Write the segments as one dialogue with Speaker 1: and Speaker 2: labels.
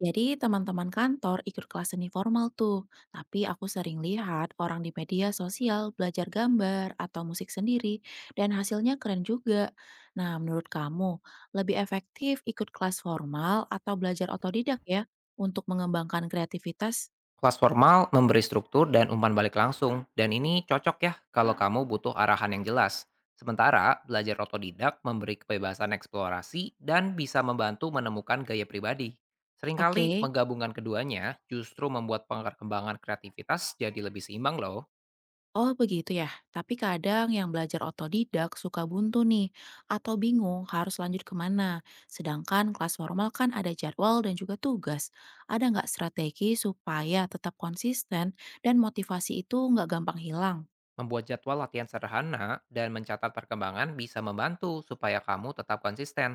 Speaker 1: Jadi teman-teman kantor ikut kelas seni formal tuh, tapi aku sering lihat orang di media sosial belajar gambar atau musik sendiri, dan hasilnya keren juga. Nah, menurut kamu, lebih efektif ikut kelas formal atau belajar otodidak ya untuk mengembangkan kreativitas?
Speaker 2: Kelas formal memberi struktur dan umpan balik langsung, dan ini cocok ya kalau kamu butuh arahan yang jelas. Sementara belajar otodidak memberi kebebasan eksplorasi dan bisa membantu menemukan gaya pribadi. Seringkali
Speaker 1: Oke.
Speaker 2: menggabungkan keduanya justru membuat pengembangan kreativitas jadi lebih seimbang loh.
Speaker 1: Oh begitu ya, tapi kadang yang belajar otodidak suka buntu nih, atau bingung harus lanjut kemana. Sedangkan kelas formal kan ada jadwal dan juga tugas. Ada nggak strategi supaya tetap konsisten dan motivasi itu nggak gampang hilang?
Speaker 2: Membuat jadwal latihan sederhana dan mencatat perkembangan bisa membantu supaya kamu tetap konsisten.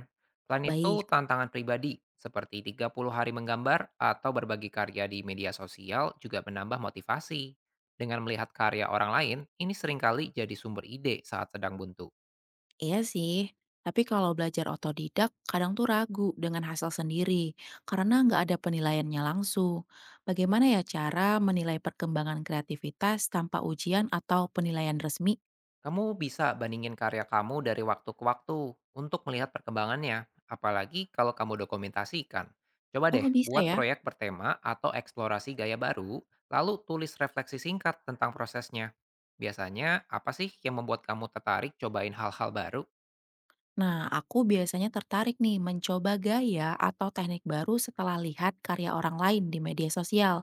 Speaker 2: Selain itu,
Speaker 1: Baik,
Speaker 2: tantangan pribadi seperti 30 hari menggambar atau berbagi karya di media sosial juga menambah motivasi. Dengan melihat karya orang lain, ini seringkali jadi sumber ide saat sedang buntu.
Speaker 1: iya sih. Tapi kalau belajar otodidak, kadang tuh ragu dengan hasil sendiri, karena nggak ada penilaiannya langsung. Bagaimana ya cara menilai perkembangan kreativitas tanpa ujian atau penilaian resmi?
Speaker 2: Kamu bisa bandingin karya kamu dari waktu ke waktu untuk melihat perkembangannya, apalagi kalau kamu dokumentasikan. Coba deh
Speaker 1: Oh bisa
Speaker 2: buat
Speaker 1: ya?
Speaker 2: proyek bertema atau eksplorasi gaya baru, lalu tulis refleksi singkat tentang prosesnya. Biasanya, apa sih yang membuat kamu tertarik cobain hal-hal baru?
Speaker 1: Nah, aku biasanya tertarik nih mencoba gaya atau teknik baru setelah lihat karya orang lain di media sosial.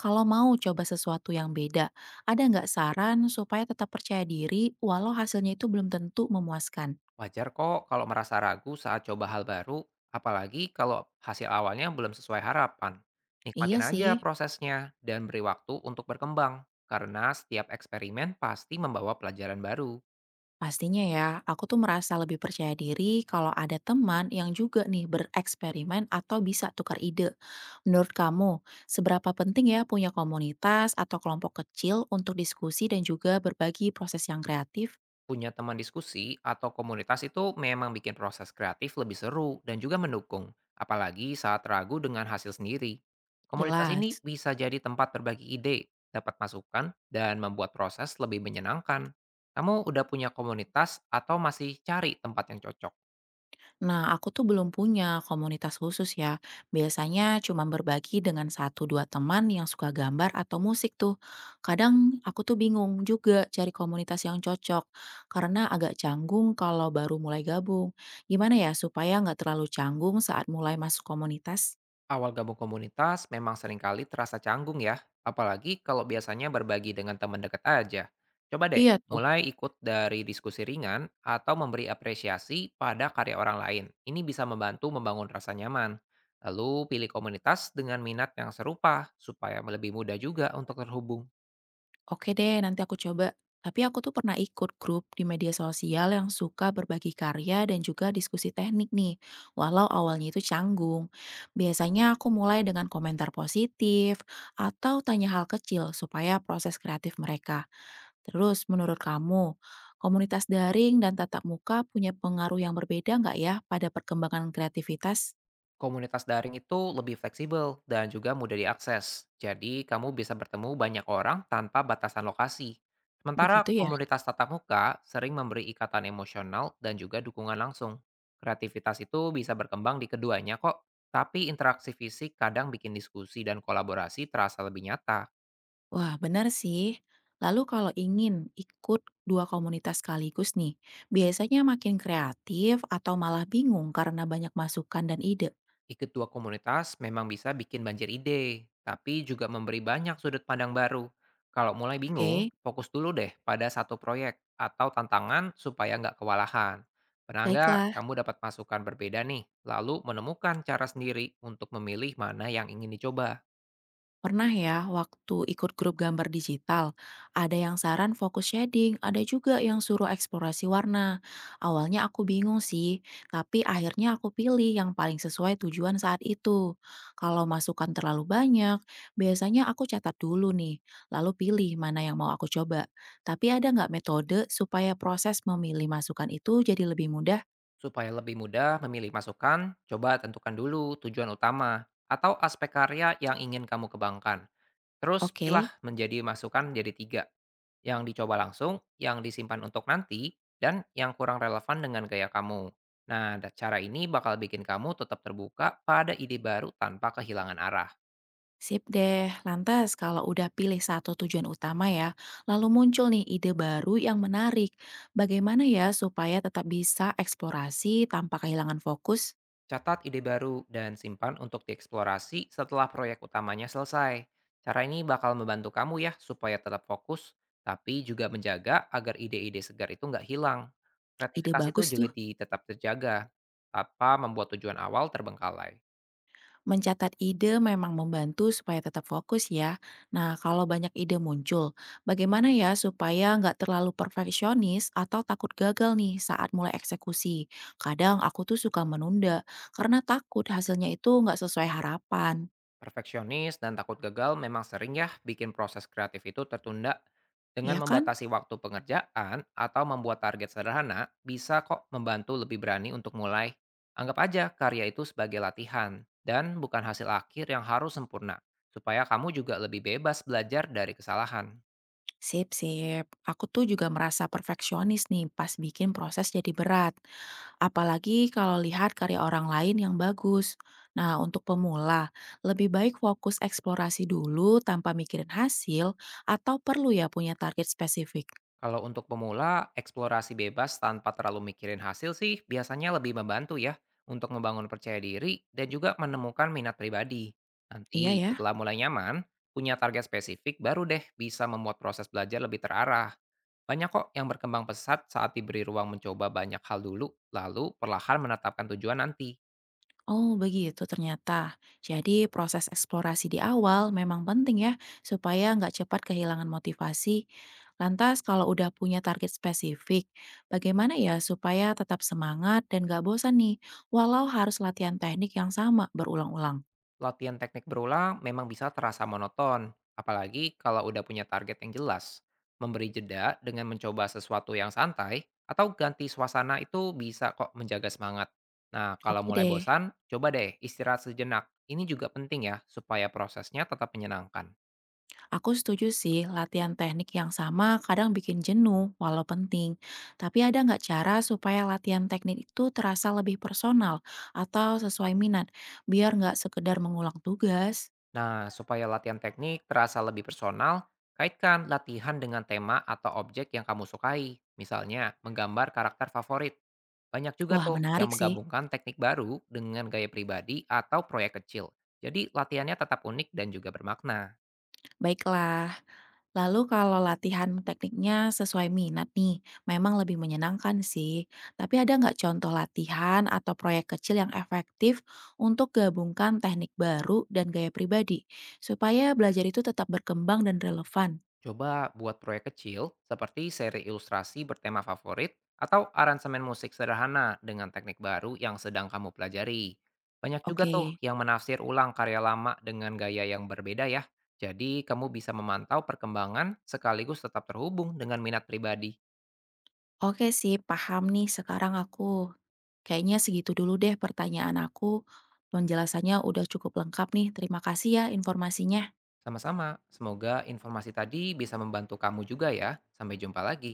Speaker 1: Kalau mau coba sesuatu yang beda, ada nggak saran supaya tetap percaya diri walau hasilnya itu belum tentu memuaskan?
Speaker 2: Wajar kok kalau merasa ragu saat coba hal baru, apalagi kalau hasil awalnya belum sesuai harapan.
Speaker 1: Iya
Speaker 2: Nikmatin aja
Speaker 1: sih,
Speaker 2: prosesnya dan beri waktu untuk berkembang, karena setiap eksperimen pasti membawa pelajaran baru.
Speaker 1: pastinya ya. Aku tuh merasa lebih percaya diri kalau ada teman yang juga nih bereksperimen atau bisa tukar ide. Menurut kamu, seberapa penting ya punya komunitas atau kelompok kecil untuk diskusi dan juga berbagi proses yang kreatif?
Speaker 2: Punya teman diskusi atau komunitas itu memang bikin proses kreatif lebih seru dan juga mendukung, apalagi saat ragu dengan hasil sendiri. Komunitas ini
Speaker 1: Jelas.
Speaker 2: bisa jadi tempat berbagi ide, dapat masukan, dan membuat proses lebih menyenangkan. Kamu udah punya komunitas atau masih cari tempat yang cocok?
Speaker 1: Nah, aku tuh belum punya komunitas khusus ya. Biasanya cuma berbagi dengan satu dua teman yang suka gambar atau musik tuh. Kadang aku tuh bingung juga cari komunitas yang cocok karena agak canggung kalau baru mulai gabung. Gimana ya supaya nggak terlalu canggung saat mulai masuk komunitas?
Speaker 2: Awal gabung komunitas memang seringkali terasa canggung ya, apalagi kalau biasanya berbagi dengan teman dekat aja. Coba deh,
Speaker 1: Iya tuh.
Speaker 2: mulai ikut dari diskusi ringan atau memberi apresiasi pada karya orang lain. Ini bisa membantu membangun rasa nyaman. Lalu pilih komunitas dengan minat yang serupa supaya lebih mudah juga untuk terhubung.
Speaker 1: Oke deh, nanti aku coba. Tapi aku tuh pernah ikut grup di media sosial yang suka berbagi karya dan juga diskusi teknik nih, walau awalnya itu canggung. Biasanya aku mulai dengan komentar positif atau tanya hal kecil supaya proses kreatif mereka. Terus, menurut kamu, komunitas daring dan tatap muka punya pengaruh yang berbeda nggak ya pada perkembangan kreativitas?
Speaker 2: Komunitas daring itu lebih fleksibel dan juga mudah diakses. Jadi, kamu bisa bertemu banyak orang tanpa batasan lokasi. Sementara
Speaker 1: Begitu ya?
Speaker 2: komunitas tatap muka sering memberi ikatan emosional dan juga dukungan langsung. Kreativitas itu bisa berkembang di keduanya kok, tapi interaksi fisik kadang bikin diskusi dan kolaborasi terasa lebih nyata.
Speaker 1: Wah, benar sih. Lalu kalau ingin ikut dua komunitas sekaligus nih, biasanya makin kreatif atau malah bingung karena banyak masukan dan ide.
Speaker 2: Ikut dua komunitas memang bisa bikin banjir ide, tapi juga memberi banyak sudut pandang baru. Kalau mulai bingung,
Speaker 1: Oke,
Speaker 2: fokus dulu deh pada satu proyek atau tantangan supaya nggak kewalahan. Pernah nggak
Speaker 1: baiklah.
Speaker 2: kamu dapat masukan berbeda nih, lalu menemukan cara sendiri untuk memilih mana yang ingin dicoba?
Speaker 1: Pernah ya waktu ikut grup gambar digital, ada yang saran fokus shading, ada juga yang suruh eksplorasi warna. Awalnya aku bingung sih, tapi akhirnya aku pilih yang paling sesuai tujuan saat itu. Kalau masukan terlalu banyak, biasanya aku catat dulu nih, lalu pilih mana yang mau aku coba. Tapi ada nggak metode supaya proses memilih masukan itu jadi lebih mudah?
Speaker 2: Supaya lebih mudah memilih masukan, coba tentukan dulu tujuan utama atau aspek karya yang ingin kamu kembangkan. Terus pilah
Speaker 1: Oke.
Speaker 2: menjadi masukan jadi tiga, yang dicoba langsung, yang disimpan untuk nanti, dan yang kurang relevan dengan gaya kamu. Nah, cara ini bakal bikin kamu tetap terbuka pada ide baru tanpa kehilangan arah.
Speaker 1: Sip deh, lantas kalau udah pilih satu tujuan utama ya, lalu muncul nih ide baru yang menarik. Bagaimana ya supaya tetap bisa eksplorasi tanpa kehilangan fokus?
Speaker 2: Catat ide baru dan simpan untuk dieksplorasi setelah proyek utamanya selesai. Cara ini bakal membantu kamu ya supaya tetap fokus, tapi juga menjaga agar ide-ide segar itu nggak hilang.
Speaker 1: Ide
Speaker 2: Kreativitas itu
Speaker 1: bagus
Speaker 2: juga
Speaker 1: tuh.
Speaker 2: tetap terjaga, tanpa membuat tujuan awal terbengkalai.
Speaker 1: Mencatat ide memang membantu supaya tetap fokus ya. Nah, kalau banyak ide muncul, bagaimana ya supaya nggak terlalu perfeksionis atau takut gagal nih saat mulai eksekusi? Kadang aku tuh suka menunda karena takut hasilnya itu nggak sesuai harapan.
Speaker 2: Perfeksionis dan takut gagal memang sering ya bikin proses kreatif itu tertunda. Dengan
Speaker 1: Ya kan?
Speaker 2: membatasi waktu pengerjaan atau membuat target sederhana, bisa kok membantu lebih berani untuk mulai. Anggap aja karya itu sebagai latihan dan bukan hasil akhir yang harus sempurna, supaya kamu juga lebih bebas belajar dari kesalahan.
Speaker 1: Sip, sip. Aku tuh juga merasa perfeksionis nih pas bikin proses jadi berat. Apalagi kalau lihat karya orang lain yang bagus. Nah, untuk pemula, lebih baik fokus eksplorasi dulu tanpa mikirin hasil atau perlu ya punya target spesifik.
Speaker 2: Kalau untuk pemula, eksplorasi bebas tanpa terlalu mikirin hasil sih biasanya lebih membantu ya untuk membangun percaya diri dan juga menemukan minat pribadi.
Speaker 1: Iya
Speaker 2: Nanti
Speaker 1: ya.
Speaker 2: setelah mulai nyaman, punya target spesifik baru deh bisa membuat proses belajar lebih terarah. Banyak kok yang berkembang pesat saat diberi ruang mencoba banyak hal dulu, lalu perlahan menetapkan tujuan nanti.
Speaker 1: Oh, begitu ternyata. Jadi, proses eksplorasi di awal memang penting ya, supaya nggak cepat kehilangan motivasi. Lantas, kalau udah punya target spesifik, bagaimana ya supaya tetap semangat dan nggak bosan nih, walau harus latihan teknik yang sama berulang-ulang?
Speaker 2: Latihan teknik berulang memang bisa terasa monoton, apalagi kalau udah punya target yang jelas. Memberi jeda dengan mencoba sesuatu yang santai atau ganti suasana itu bisa kok menjaga semangat. Nah, kalau
Speaker 1: Oke
Speaker 2: mulai
Speaker 1: deh.
Speaker 2: bosan, coba deh istirahat sejenak. Ini juga penting ya, supaya prosesnya tetap menyenangkan.
Speaker 1: Aku setuju sih, latihan teknik yang sama kadang bikin jenuh, walau penting. Tapi ada nggak cara supaya latihan teknik itu terasa lebih personal atau sesuai minat, biar nggak sekedar mengulang tugas?
Speaker 2: Nah, supaya latihan teknik terasa lebih personal, kaitkan latihan dengan tema atau objek yang kamu sukai. Misalnya, menggambar karakter favorit. Banyak juga
Speaker 1: Wah,
Speaker 2: tuh yang
Speaker 1: menarik sih.
Speaker 2: menggabungkan teknik baru dengan gaya pribadi atau proyek kecil. Jadi latihannya tetap unik dan juga bermakna.
Speaker 1: Baiklah. Lalu kalau latihan tekniknya sesuai minat nih, memang lebih menyenangkan sih. Tapi ada nggak contoh latihan atau proyek kecil yang efektif untuk gabungkan teknik baru dan gaya pribadi, supaya belajar itu tetap berkembang dan relevan?
Speaker 2: Coba buat proyek kecil seperti seri ilustrasi bertema favorit atau aransemen musik sederhana dengan teknik baru yang sedang kamu pelajari. Banyak juga tuh
Speaker 1: Oke,
Speaker 2: yang menafsir ulang karya lama dengan gaya yang berbeda ya. Jadi kamu bisa memantau perkembangan sekaligus tetap terhubung dengan minat pribadi.
Speaker 1: oke sih, paham nih sekarang aku. Kayaknya segitu dulu deh pertanyaan aku. Penjelasannya udah cukup lengkap nih, terima kasih ya informasinya.
Speaker 2: Sama-sama, semoga informasi tadi bisa membantu kamu juga ya. Sampai jumpa lagi.